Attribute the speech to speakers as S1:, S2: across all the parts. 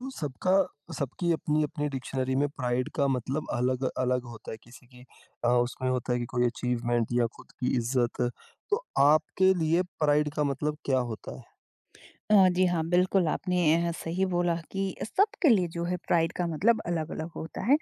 S1: तो सबका सबकी अपनी अपनी डिक्शनरी में प्राइड का मतलब अलग अलग होता है किसी की उसमें होता है कि कोई अचीवमेंट या खुद की इज्जत। तो आपके लिए प्राइड का मतलब क्या होता है?
S2: जी हाँ, बिल्कुल आपने सही बोला कि सबके लिए जो है प्राइड का मतलब अलग-अलग होता है।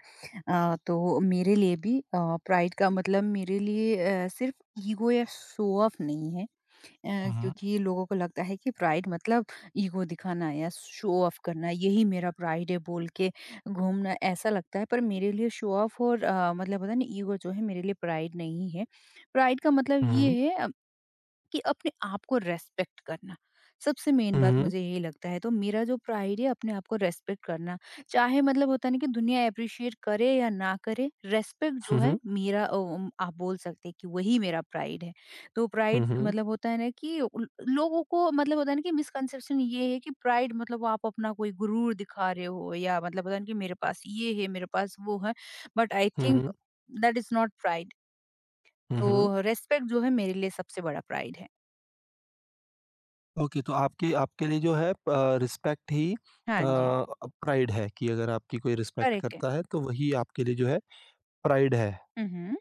S2: तो मेरे लिए भी प्राइड का मतलब मेरे लिए सिर्फ़ ईगो या शो ऑफ़ नहीं है।
S1: हम्म।
S2: क्योंकि लोगों को लगता है कि प्राइड मतलब ईगो दिखाना या शो ऑफ़ करना, यही मेरा प्राइड है बोल के घूमना, ऐसा लगता है। पर मेरे लिए शो ऑफ़ और मतलब होता है ना ईगो जो है मेरे लिए प्राइड नहीं है। प्राइड का मतलब ये
S1: हम्म।
S2: है कि अपने आप को रेस्पेक्ट करना। सबसे मेन बात
S1: हम्म।
S2: मुझे यही लगता है, तो मेरा जो प्राइड है अपने आप को रेस्पेक्ट करना। चाहे मतलब होता नहीं कि दुनिया अप्रिशिएट करे या ना करे, रेस्पेक्ट जो है
S1: हम्म।
S2: मेरा आप बोल सकते हैं कि वही मेरा प्राइड है। तो प्राइड
S1: हम्म।
S2: मतलब होता है ना कि लोगों को मतलब होता है ना कि मिसकंसेप्शन ये है कि प्राइड मतलब आप अपना कोई गुरूर दिखा रहे हो या मतलब होता है ना कि मेरे पास ये है, मेरे पास वो है। But I think
S1: hmm.
S2: That is not pride.
S1: Hmm.
S2: तो रेस्पेक्ट जो है मेरे लिए सबसे बड़ा प्राइड है।
S1: ओके, तो आपके आपके लिए जो है रिस्पेक्ट ही
S2: हाँ जी।
S1: प्राइड है कि अगर आपकी कोई रिस्पेक्ट
S2: करेक्ट है।
S1: करता है तो वही आपके लिए जो है प्राइड है।
S2: हुँ, हुँ।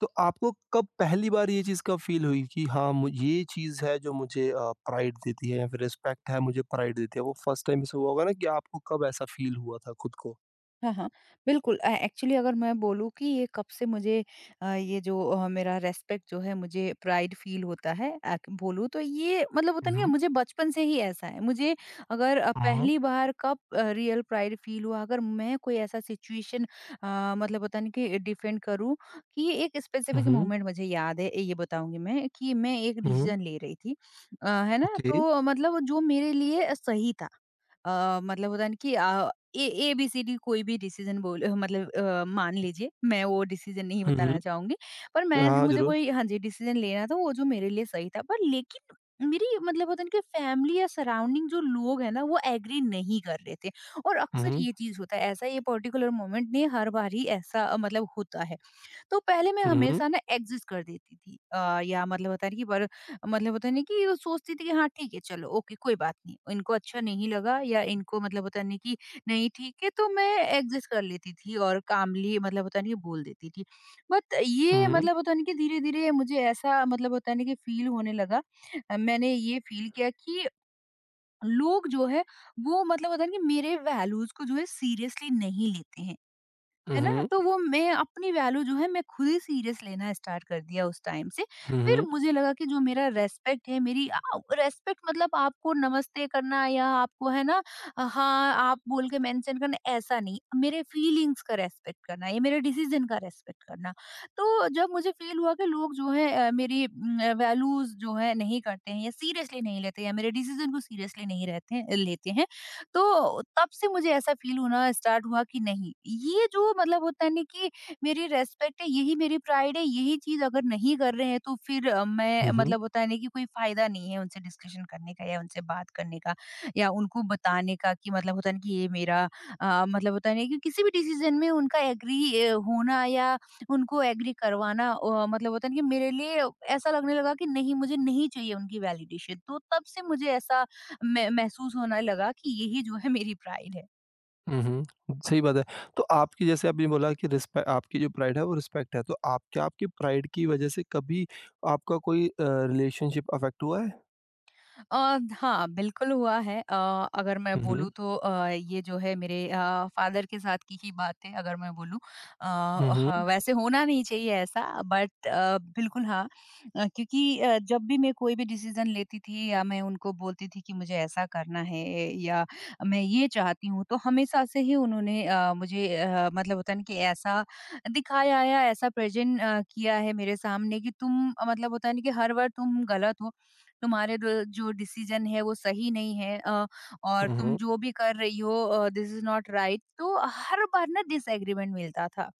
S1: तो आपको कब पहली बार ये चीज़ कब फ़ील हुई कि हाँ, मु ये चीज़ है जो मुझे प्राइड देती है या फिर रिस्पेक्ट है मुझे प्राइड देती है? वो फर्स्ट टाइम ऐसा हुआ होगा ना कि आपको कब ऐसा फ़ील हुआ था खुद को?
S2: हाँ, हाँ। बिल्कुल, एक्चुअली अगर मैं बोलूँ कि ये कब से मुझे ये जो मेरा रिस्पेक्ट जो है मुझे प्राइड फ़ील होता है बोलूँ, तो ये मतलब होता नहीं है,
S1: हुँ,
S2: मुझे बचपन से ही ऐसा है। मुझे अगर
S1: हुँ,
S2: पहली बार कब रियल प्राइड फ़ील हुआ अगर मैं कोई ऐसा सिचुएशन मतलब होता नहीं कि डिफेंड करूँ कि एक
S1: हुँ,
S2: स्पेसिफ़िक
S1: हुँ,
S2: मोमेंट मुझे याद है ये बताऊँगी मैं कि मैं एक
S1: हुँ,
S2: डिसीज़न ले रही थी। है ना?
S1: ओके,
S2: तो मतलब जो मेरे लिए सही था। मतलब होता है ना कि ए ए, बी, सी, डी कोई भी डिसीज़न बोल मतलब मान लीजिए, मैं वो डिसीज़न नहीं
S1: हुँ,
S2: बताना
S1: हुँ।
S2: चाहूँगी। पर मैं,
S1: हाँ,
S2: मुझे
S1: ज़रूर।
S2: कोई हाँ जी, डिसीज़न लेना था वो जो मेरे लिए सही था। पर लेकिन मेरी मतलब होता है ना कि फैमिली या सराउंडिंग जो लोग हैं ना वो एग्री नहीं कर रहे थे। और अक्सर
S1: हुँ,
S2: ये चीज़ होता है ऐसा, ये पर्टिकुलर मोमेंट नहीं, हर बार ही ऐसा मतलब होता है। तो पहले मैं
S1: हुँ, हुँ,
S2: हमेशा ना एग्जिस्ट कर देती थी, या मतलब होता है ना कि पर मतलब होता नहीं कि वो सोचती थी कि हाँ ठीक है चलो ओके, कोई बात नहीं, इनको अच्छा नहीं लगा या इनको मतलब होता नहीं कि नहीं ठीक है, तो मैं एग्जिस्ट कर लेती थी और कामली मतलब होता नहीं कि बोल देती थी। बट ये
S1: हुँ,
S2: मतलब होता नहीं कि धीरे धीरे मुझे ऐसा मतलब होता नहीं कि फील होने लगा। मैंने ये फील किया कि लोग जो है वो मतलब होता है ना कि मेरे वैल्यूज को जो है सीरियसली नहीं लेते हैं।
S1: हुँ,
S2: है ना?
S1: हुँ,
S2: तो वो मैं अपनी वैल्यू जो है मैं खुद ही सीरियस लेना स्टार्ट कर दिया उस टाइम से। फिर मुझे लगा कि जो मेरा रिस्पेक्ट है मेरी रिस्पेक्ट मतलब आपको नमस्ते करना या आपको है ना हाँ, आप बोल के मेंशन करना ऐसा नहीं। मेरे फीलिंग्स का रिस्पेक्ट करना या मेरे डिसीजन का रिस्पेक्ट करना। तो जब मुझे फ़ील हुआ कि लोग जो है मेरी वैल्यूज़ जो है नहीं करते हैं या सीरियसली नहीं लेते या मेरे डिसीजन को सीरियसली नहीं रहते लेते हैं, तो तब से मुझे ऐसा फील होना स्टार्ट हुआ कि नहीं, ये जो मतलब होता है ना कि मेरी रेस्पेक्ट है, यही मेरी प्राइड है। यही चीज अगर नहीं कर रहे हैं तो फिर मैं
S1: हुँ, हुँ,
S2: मतलब होता है ना कि कोई फायदा नहीं है उनसे डिस्कशन करने का या उनसे बात करने का या उनको बताने का कि मतलब होता है ना कि ये मेरा मतलब होता है ना कि किसी भी डिसीजन में उनका एग्री होना या उनको एग्री करवाना मतलब होता है ना कि मेरे लिए ऐसा लगने लगा कि नहीं, मुझे नहीं चाहिए उनकी वैलिडेशन, तो तब से मुझे ऐसा मैं महसूस होने लगा कि यही जो है मेरी प्राइड है।
S1: हुँ, हुँ। सही बात है। तो आपकी, जैसे आपने बोला कि रिस्पे आपकी जो प्राइड है वो रिस्पेक्ट है। तो आप, क्या आपकी प्राइड की वज़ह से कभी आपका कोई रिलेशनशिप अफ़ेक्ट हुआ है?
S2: हाँ, बिल्कुल हुआ है। अगर मैं
S1: हुँ,
S2: बोलूँ
S1: हुँ,
S2: तो ये जो है मेरे फ़ादर के साथ की ही बात है अगर मैं बोलूँ। अ,
S1: हुँ, हुँ,
S2: ह वैसे होना नहीं चाहिए ऐसा, बट बिल्कुल हाँ, क्योंकि जब भी मैं कोई भी डिसीज़न लेती थी या मैं उनको बोलती थी कि मुझे ऐसा करना है या मैं ये चाहती हूँ, तो हमेशा से ही उन्होंने मुझे मतलब होता है ना कि ऐसा दिखाया या ऐसा प्रेज़ेंट किया है मेरे सामने कि तुम मतलब होता है ना कि हर बार तुम गलत हो। तुम्हारे द जो डिसीजन है वो सही नहीं है, और
S1: हुँ,
S2: तुम
S1: हुँ।
S2: जो भी कर रही हो दिस इज नॉट राइट, तो हर बार ना डिसएग्रीमेंट मिलता था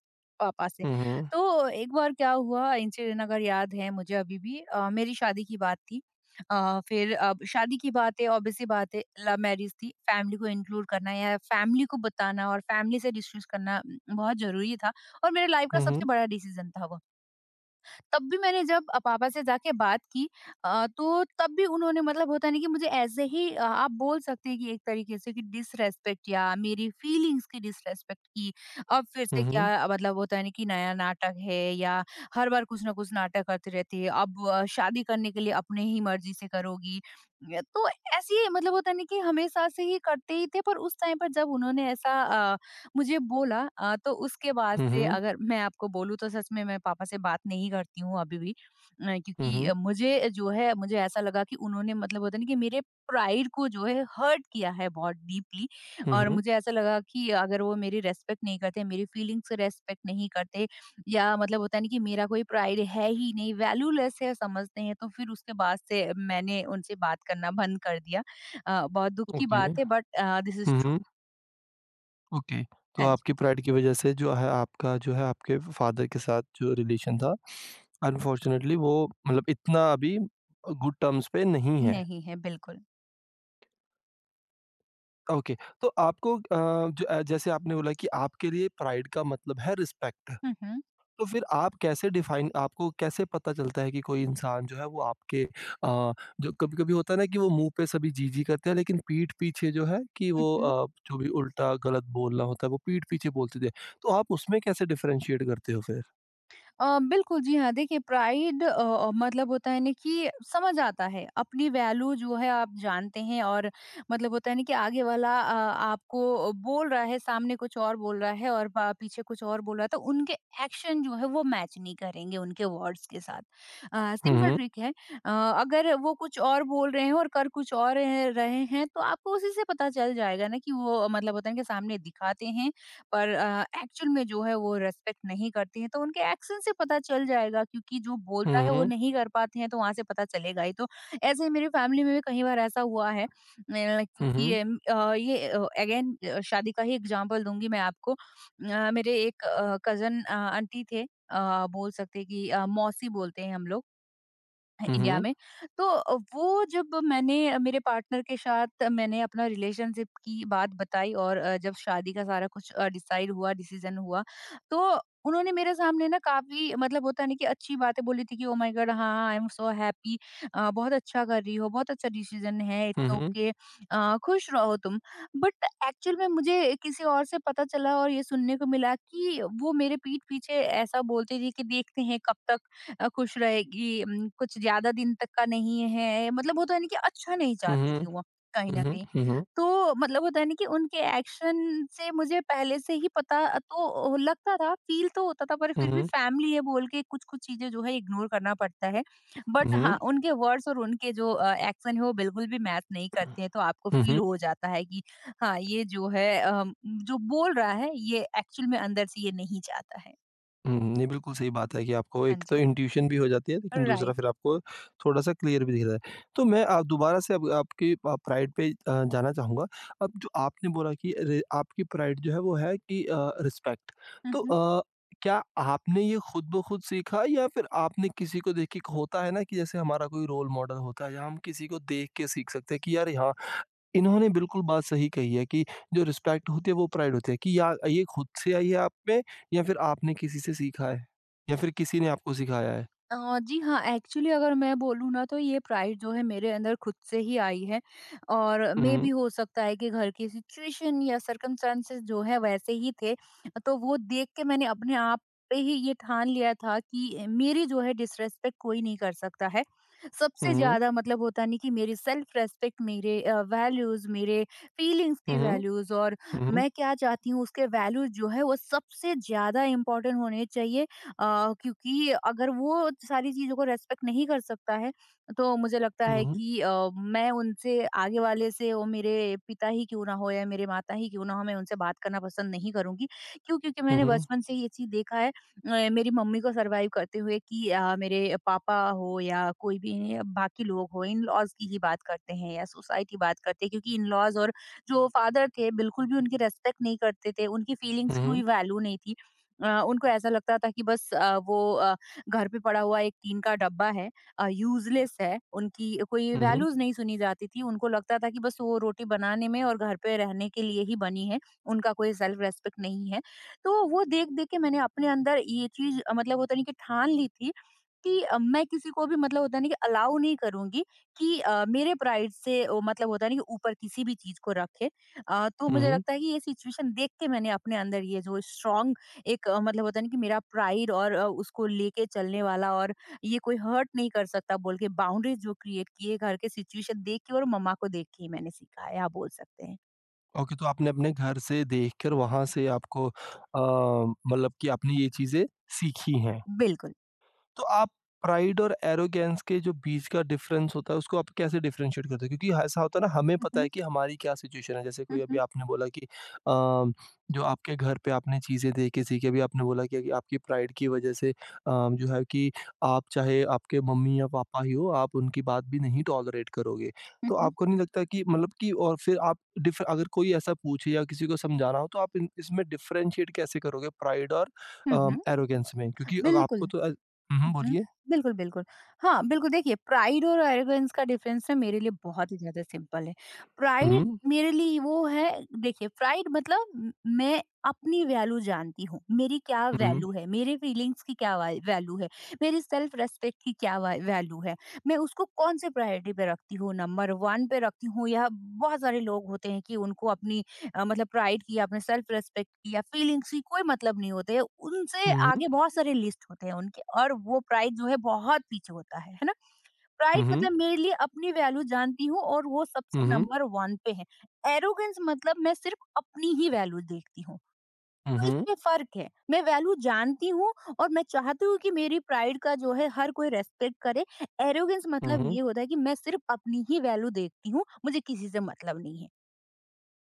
S2: पापा से।
S1: Mhm.
S2: तो एक बार क्या हुआ इंसिडेंट अगर याद है मुझे अभी भी, मेरी शादी की बात थी। फिर अब शादी की बात है, obvious सी बात है, लव मैरिज थी, फैमिली को इंक्लूड करना या फैमिली को बताना और फैमिली से डिस्कस करना बहुत जरूरी था और मेरे लाइफ का
S1: Mhm.
S2: सबसे बड़ा डिसीजन था वो। तब भी मैंने जब पापा से जाके बात की तो तब भी उन्होंने मतलब होता है ना कि मुझे ऐसे ही आप बोल सकते हैं कि एक तरीके से कि डिसरेस्पेक्ट या मेरी फीलिंग्स की डिसरेस्पेक्ट की। अब फिर से
S1: Mhm.
S2: क्या मतलब होता है ना कि नया नाटक है या हर बार कुछ ना कुछ नाटक करती रहती है, अब शादी करने के लिए अपने ही मर्जी से करोगी। तो ऐसी मतलब होता है ना कि हमेशा से ही करते ही थे, पर उस टाइम पर जब उन्होंने ऐसा मुझे बोला तो उसके बाद से
S1: Mhm,
S2: अगर मैं आपको बोलूँ तो सच में मैं पापा से बात नहीं करती हूँ अभी भी। क्योंकि
S1: mhm,
S2: मुझे जो है, मुझे ऐसा लगा कि उन्होंने मतलब होता नहीं कि मेरे प्राइड को जो है हर्ट किया है बहुत डीपली। और
S1: mhm,
S2: मुझे ऐसा लगा कि अगर वो मेरी रेस्पेक्ट नहीं करते, मेरी फीलिंग्स को रेस्पेक्ट नहीं करते या मतलब होता नहीं कि मेरा कोई प्राइड है ही नहीं, वैल्यूलेस है समझते हैं, तो फिर उसके बाद से मैंने उनसे बात करना बंद कर दिया। बहुत दुख की
S1: ओके।
S2: बात है, but this is true.
S1: Hmm, okay. तो
S2: हाँ जी।
S1: आपकी प्राइड की वज़ह से जो है, आपका जो है आपके फ़ादर के साथ जो रिलेशन था, अनफ़ॉर्च्युनेटली वो मतलब इतना अभी गुड टर्म्स पे नहीं है।
S2: नहीं है, बिल्कुल।
S1: ओके, तो आपको ज जैसे आपने बोला कि आपके लिए प्राइड का मतलब है रिस्पेक्ट।
S2: हुँ, हुँ।
S1: तो फिर आप कैसे डिफाइन, आपको कैसे पता चलता है कि कोई इंसान जो है वो आपके जो कभी-कभी होता है ना कि वो मुँह पे सभी जी-जी करते हैं लेकिन पीठ पीछे जो है कि
S2: हुँ,
S1: वो
S2: हुँ।
S1: जो भी उल्टा गलत बोलना होता है वो पीठ पीछे बोलते थे। तो आप उसमें कैसे डिफरेंशिएट करते हो फिर?
S2: बिल्कुल, जी हाँ। देखिए, प्राइड मतलब होता है ना कि समझ आता है, अपनी वैल्यू जो है आप जानते हैं और मतलब होता है ना कि आगे वाला आपको बोल रहा है, सामने कुछ और बोल रहा है और प पीछे कुछ और बोल रहा है, तो उनके एक्शन जो है वो मैच नहीं करेंगे उनके वर्ड्स के साथ।
S1: हुँ,
S2: सिंपल
S1: हुँ।
S2: ट्रिक है। अगर वो कुछ और बोल रहे हैं और कर कुछ और रहे रहे हैं, तो आपको उसी से पता चल जाएगा ना कि वो मतलब होता है ना कि सामने दिखाते हैं पर एक्चुअल में जो है वो रिस्पेक्ट नहीं करती हैं, तो उनके एक्शन से पता चल जाएगा, क्योंकि जो बोलता
S1: हुँ,
S2: है वो
S1: हुँ।
S2: नहीं कर पाते हैं तो वहाँ से पता चलेगा ही। तो ऐसे ही मेरी फैमिली में भी कई बार ऐसा हुआ है।
S1: हुँ,
S2: क्योंकि
S1: हुँ।
S2: ये अगेन शादी का ही एग्ज़ाम्पल दूँगी मैं आपको। मेरे एक कज़न आंटी थे, बोल सकते हैं कि मौसी बोलते हैं हम लोग। है
S1: हुँ,
S2: इंडिया
S1: हुँ।
S2: में। तो वो जब मैंने मेरे पार्टनर के साथ मैंने अपना रिलेशनशिप की बात बताई और जब शादी का सारा कुछ डिसाइड हुआ, डिसीज़न हुआ, तो उन्होंने मेरे सामने ना काफ़ी मतलब होता है ना कि अच्छी बातें बोली थी कि ओह माय गॉड! हाँ, आई एम सो हैप्पी, बहुत अच्छा कर रही हो, बहुत अच्छा डिसीज़न है,
S1: हुँ,
S2: इट्स
S1: हुँ।
S2: ओके, खुश रहो तुम। बट एक्चुअल में मुझे किसी और से पता चला और ये सुनने को मिला कि वो मेरे पीठ पीछे ऐसा बोलती थी कि देखते हैं कब तक खुश रहेगी, कुछ ज़्यादा दिन तक का नहीं है, मतलब होता है ना कि अच्छा नहीं
S1: हुँ,
S2: चाहती थी
S1: हुँ।
S2: वो कहीं न कहीं।
S1: हुँ, हुँ।
S2: तो मतलब होता है ना कि उनके एक्शन से मुझे पहले से ही पता तो लगता था, फ़ील तो होता था, पर
S1: हुँ,
S2: फिर
S1: हुँ। हुँ,
S2: भी
S1: हुँ।
S2: फैमिली है बोल के कुछ-कुछ चीज़ें जो है इग्नोर करना पड़ता है।
S1: हुँ,
S2: बट हाँ,
S1: हुँ।
S2: उनके वर्ड्स और उनके जो एक्शन है वो बिल्कुल भी मैच नहीं करते हैं, तो आपको
S1: हुँ,
S2: फ़ील
S1: हुँ।
S2: हो जाता है कि हाँ, ये जो है जो बोल रहा है ये एक्चुअल में अंदर से ये नहीं चाहता है।
S1: हुँ, नहीं बिल्कुल सही बात है कि आपको
S2: हाँ
S1: एक तो
S2: जी।
S1: इंट्यूशन भी हो जाती है, लेकिन दूसरा
S2: राइट।
S1: फिर आपको थोड़ा-सा क्लियर भी दिख रहा है। तो मैं आप दोबारा से अब आपकी प्राइड पे जाना चाहूँगा। अब जो आपने बोला कि रे आपकी प्राइड जो है वो है कि रिस्पेक्ट।
S2: हुँ,
S1: तो
S2: हुँ।
S1: क्या आपने ये खुद ब खुद सीखा या फिर आपने किसी को देख के, एक होता है ना कि जैसे हमारा कोई रोल मॉडल होता है या हम किसी को देख के सीख सकते हैं कि यार यहाँ इन्होंने बिल्कुल बात सही कही है कि जो रिस्पेक्ट होती है वो प्राइड होती है, कि या ये खुद से आई है आप में, या फिर आपने किसी से सीखा है, या फिर किसी ने आपको सिखाया है।
S2: जी हाँ, एक्चुअली अगर मैं बोलूँ ना तो ये प्राइड जो है मेरे अंदर खुद से ही आई है और मेबी
S1: हुँ,
S2: हो सकता है कि घर की सिचुएशन या सर्कमस्टेंसेस जो है वैसे ही थे। तो वो देख के मैंने अपने आप पे ही ये ठान लिया था कि मेरी जो है डिसरिस्पेक्ट कोई नहीं कर सकता है। सबसे
S1: हुँ,
S2: ज़्यादा मतलब होता नहीं कि मेरी सेल्फ रिस्पेक्ट, मेरे वैल्यूज़, मेरे फीलिंग्स की
S1: हुँ, हुँ,
S2: वैल्यूज़ और
S1: हुँ,
S2: मैं क्या चाहती हूँ उसके वैल्यूज़ जो है वो सबसे ज़्यादा इम्पोर्टेंट होने चाहिए। क्योंकि अगर वो सारी चीज़ों को रेस्पेक्ट नहीं कर सकता है, तो मुझे लगता है
S1: हुँ,
S2: कि मैं उनसे आगे वाले से, वो मेरे पिता ही क्यों ना हो या मेरे माता ही क्यों ना हो, मैं उनसे बात करना पसंद नहीं करूँगी। क्यों? क्योंकि मैंने
S1: हुँ,
S2: बचपन से ये चीज़ देखा है, मेरी मम्मी को सर्वाइव करते हुए कि मेरे पापा हो या कोई भी बाकी लोग हो, इन-लॉज़ की ही बात करते हैं या सोसाइटी बात करते हैं, क्योंकि इन-लॉज़ और जो फादर थे बिल्कुल भी उनकी रेस्पेक्ट नहीं करते थे, उनकी फीलिंग्स की कोई वैल्यू नहीं थी। उनको ऐसा लगता था कि बस वो घर पे पड़ा हुआ एक टीन का डब्बा है, यूजलेस है, उनकी कोई
S1: हुँ,
S2: वैल्यूज नहीं सुनी जाती थी, उनको लगता था कि बस वो रोटी बनाने में और घर पे रहने के लिए ही बनी है, उनका कोई सेल्फ रेस्पेक्ट नहीं है। तो वो देख देख के मैंने अपने अंदर ये चीज मतलब होता नहीं कि ठान ली थी कि मैं किसी को भी मतलब होता नहीं कि अलाउ नहीं करूँगी कि मेरे प्राइड से ओ, मतलब होता नहीं कि ऊपर किसी भी चीज़ को रखे। तो मुझे
S1: हुँ।
S2: लगता है कि ये सिचुएशन देख के मैंने अपने अंदर ये जो स्ट्रॉन्ग एक मतलब होता है ना कि मेरा प्राइड और उसको लेके चलने वाला और ये कोई हर्ट नहीं कर सकता बोल के बाउंड्रीज जो क्रिएट किए, घर के सिचुएशन देख के और मम्मा को देख के ही मैंने सीखा है, आप बोल सकते हैं।
S1: ओके, तो आपने अपने घर से देखकर वहाँ से आपको मतलब कि आपने ये चीज़ें सीखी हैं।
S2: बिल्कुल।
S1: तो आप प्राइड और एरोगेंस के जो बीच का डिफरेंस होता है उसको आप कैसे डिफरेंशिएट करते हो? क्योंकि ऐसा होता है ना, हमें
S2: हुँ,
S1: पता
S2: हुँ।
S1: है कि हमारी क्या सिचुएशन है। जैसे
S2: हुँ,
S1: कोई, अभी
S2: हुँ।
S1: आपने बोला कि जो आपके घर पे आपने चीज़ें देखी थी, कि अभी आपने बोला कि अभी आपकी प्राइड की वजह से जो है कि आप, चाहे आपके मम्मी या पापा ही हो, आप उनकी बात भी नहीं टॉलरेट करोगे।
S2: हुँ,
S1: तो
S2: हुँ।
S1: आपको नहीं लगता कि मतलब कि, और फिर आप डिफ अगर कोई ऐसा पूछे या किसी को समझाना हो तो आप इन, इसमें डिफरेंशिएट कैसे करोगे प्राइड और
S2: हुँ, हुँ।
S1: एरोगेंस में? क्योंकि अग
S2: बिल्कुल।
S1: आपको तो हुँ,
S2: हुँ,
S1: हुँ,
S2: हुँ।
S1: बोलिए।
S2: बिल्कुल, बिल्कुल। हाँ, बिल्कुल, देखिए प्राइड और एरोगेंस का डिफ़रेंस ना मेरे लिए बहुत ही ज़्यादा सिंपल है। प्राइड
S1: हुँ,
S2: मेरे लिए वो है, देखिए प्राइड मतलब म मैं अपनी वैल्यू जानती हूँ, मेरी क्या
S1: हुँ,
S2: वैल्यू है, मेरे फीलिंग्स की क्या वै वैल्यू है, मेरी सेल्फ रिस्पेक्ट की क्या वै वैल्यू है। मैं उसको कौन-सी प्रायोरिटी पे रखती हूँ, नंबर 1 पे रखती हूँ, या बहुत सारे लोग होते हैं कि उनको अपनी मतलब प्राइड की, आपने सेल्फ रिस्पेक्ट की या फीलिंग्स की कोई मतलब नहीं होते हैं। उनसे
S1: हुँ,
S2: आगे बहुत सारे लिस्ट होते हैं उनके और वो प्राइड जो है बहुत पीछे होता है ना? प्राइड
S1: हुँ,
S2: मतलब मेरे लिए अपनी वैल्यू जानती हूँ और वो सबसे
S1: हुँ,
S2: नंबर 1 पे है। एरोगेंस मतलब मैं सिर्फ अपनी ही वैल्यू देखती हूँ। तो
S1: हुँ,
S2: इसमें फ़र्क है। मैं वैल्यू जानती हूँ और मैं चाहती हूँ कि मेरी प्राइड का जो है हर कोई रिस्पेक्ट करे। एरोगेंस मतलब
S1: हुँ,
S2: ये होता है कि मैं सिर्फ अपनी ही वैल्यू देखती हूँ, मुझे किसी से मतलब नहीं है।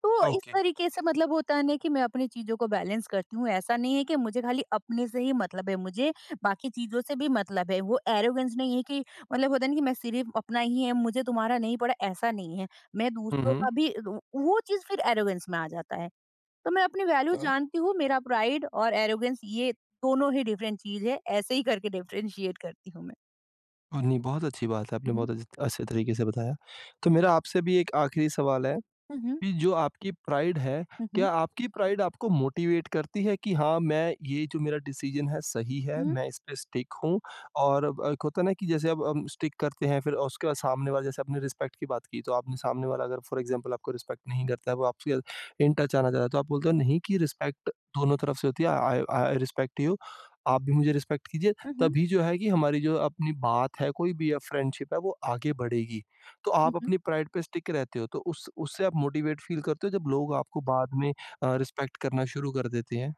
S2: तो इस
S1: ओके।
S2: तरीके से मतलब होता है ना कि मैं अपनी चीजों को बैलेंस करती हूँ। ऐसा नहीं है कि मुझे खाली अपने से ही मतलब है, मुझे बाकी चीज़ों से भी मतलब है। वो एरोगेंस नहीं है कि मतलब होता है ना कि मैं सिर्फ़ अपना ही है, मुझे तुम्हारा नहीं पड़ा, ऐसा नहीं है। मैं
S1: हुँ,
S2: दूसरों
S1: हुँ।
S2: का भी व वो चीज़ फिर एरोगेंस में आ जाता है। तो मैं अपनी वैल्यू
S1: अ,
S2: जानती हूँ, मेरा प्राइड और एरोगेंस ये दोनों ही डिफरेंट चीज़ है। ऐसे ही करके डिफरेंशिएट करती हूँ मैं।
S1: नहीं, बहुत अच्छी बात है, आपने
S2: हुँ, हुँ।
S1: बहुत अच्छे अच्छे तरीके से बताया। तो मेरा आपसे भी एक आखिरी सवाल है
S2: हुँ, हुँ।
S1: कि जो आपकी प्राइड है,
S2: हुँ, हुँ।
S1: क्या आपकी प्राइड आपको मोटिवेट करती है कि हाँ, मैं ये जो मेरा डिसीज़न है सही है,
S2: हुँ, हुँ।
S1: मैं इस पे स्टिक हूँ। और अब एक होता है ना कि जैसे अब हम स्टिक करते हैं फिर उसके बाद सामने वाला, जैसे आपने रिस्पेक्ट की बात की, तो आपने सामने वाला अगर फॉर एग्ज़ाम्पल आपको रिस्पेक्ट नहीं करता है, वो आपसे इन टच आना चाह रहा है, तो आप बोलते हो नहीं कि रिस्पेक्ट दोनों तरफ से होती है, आई आई रिस्पेक्ट यू, आप भी मुझे रिस्पेक्ट कीजिए,
S2: हुँ, हुँ।
S1: तभी जो है कि हमारी जो अपनी बात है, कोई भी या फ्रेंडशिप है, वो आगे बढ़ेगी। तो
S2: हुँ,
S1: आप
S2: हुँ।
S1: अपनी प्राइड पे स्टिक रहते हो, तो उस उससे आप मोटिवेट फ़ील करते हो जब लोग आपको बाद में रिस्पेक्ट करना शुरू कर देते हैं?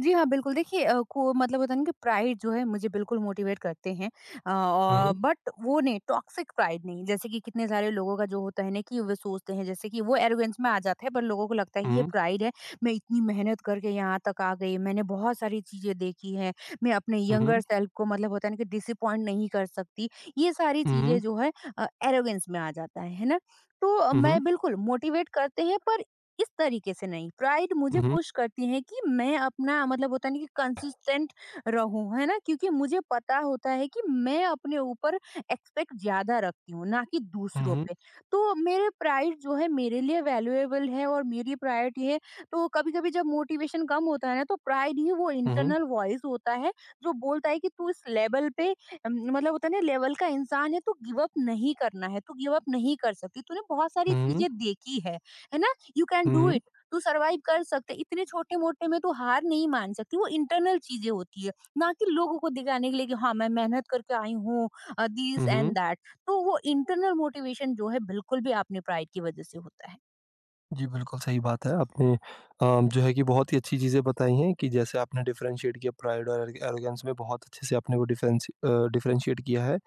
S2: जी हाँ, बिल्कुल, देखिए अ, को मतलब होता है ना कि प्राइड जो है मुझे बिल्कुल मोटिवेट करते हैं,
S1: हुँ,
S2: बट वो नहीं, टॉक्सिक प्राइड नहीं। जैसे कि कितने सारे लोगों का जो होता है ना कि वे सोचते हैं जैसे कि वो एरोगेंस में आ जाता है पर लोगों को लगता है कि ये
S1: हुँ,
S2: प्राइड है, मैं इतनी मेहनत करके यहाँ तक आ गई, मैंने बहुत सारी चीज़ें देखी हैं, मैं अपने
S1: हुँ,
S2: यंगर सेल्फ को मतलब होता है ना कि डिसअपॉइंट नहीं कर सकती। ये सारी चीज़ें
S1: हुँ,
S2: जो है एरोगेंस में आ जाता है ना? तो
S1: हुँ, हुँ,
S2: मैं
S1: हुँ,
S2: बिल्कुल मोटिवेट करते हैं, पर इस तरीके से नहीं, प्राइड मुझे
S1: हुँ,
S2: पुश करती है कि मैं अपना मतलब होता नहीं कि कंसिस्टेंट रहूं, है ना, क्योंकि मुझे पता होता है कि मैं अपने ऊपर एक्सपेक्ट ज्यादा रखती हूँ ना कि
S1: हुँ,
S2: दूसरों
S1: हुँ,
S2: पे। तो मेरे प्राइड जो है मेरे लिए वैल्यूएबल है और मेरी प्राइड ये है। तो कभी कभी जब मोटिवेशन कम होता है ना, तो प्राइड ही वो
S1: हुँ,
S2: इंटरनल वॉइस होता है जो बोलता है कि तू इस लेवल पे मतलब होता है ना लेवल का इंसान है, तू गिव अप नहीं करना है, तू गिव अप नहीं कर सकती, तूने बहुत सारी
S1: हुँ,
S2: चीजें देखी है ना, यू कैन डू इट, तू सरवाइव कर सकते, इतने छोटे मोटे में तू हार नहीं मान सकती। वो इंटरनल चीजें होती है, ना कि लोगों को दिखाने के लिए कि हाँ, मैं मेहनत करके आई हूँ, this
S1: hmm,
S2: and
S1: hmm.
S2: That. तो वो इंटरनल मोटिवेशन जो है बिल्कुल भी आपने प्राइड की वजह से होता है।
S1: जी, बिल्कुल सही बात है। आपने जो है कि बहुत ही अच्छी चीज़ें बताई हैं कि जैसे आपने डिफरेंशिएट किया प्राइड और एरोगेंस में, बहुत अच्छे से आपने वो डिफरेंस डिफरेंशिएट किया है।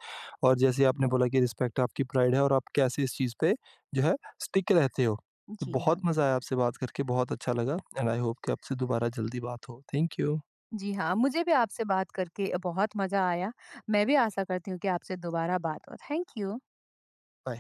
S1: और जैसे आपने बोला कि रिस्पेक्ट आपकी प्राइड है और आप कैसे इस चीज़ पे जो है स्टिक रहते हो। तो
S2: जी हाँ।
S1: बहुत मज़ा आया आपसे बात करके, बहुत अच्छा लगा, एंड आई होप कि आपसे दोबारा जल्दी बात हो। थैंक यू,
S2: जी हाँ, मुझे भी आपसे बात करके बहुत मजा आया। मैं भी आशा करती हूँ कि आपसे दोबारा बात हो। Thank you.
S1: बाय।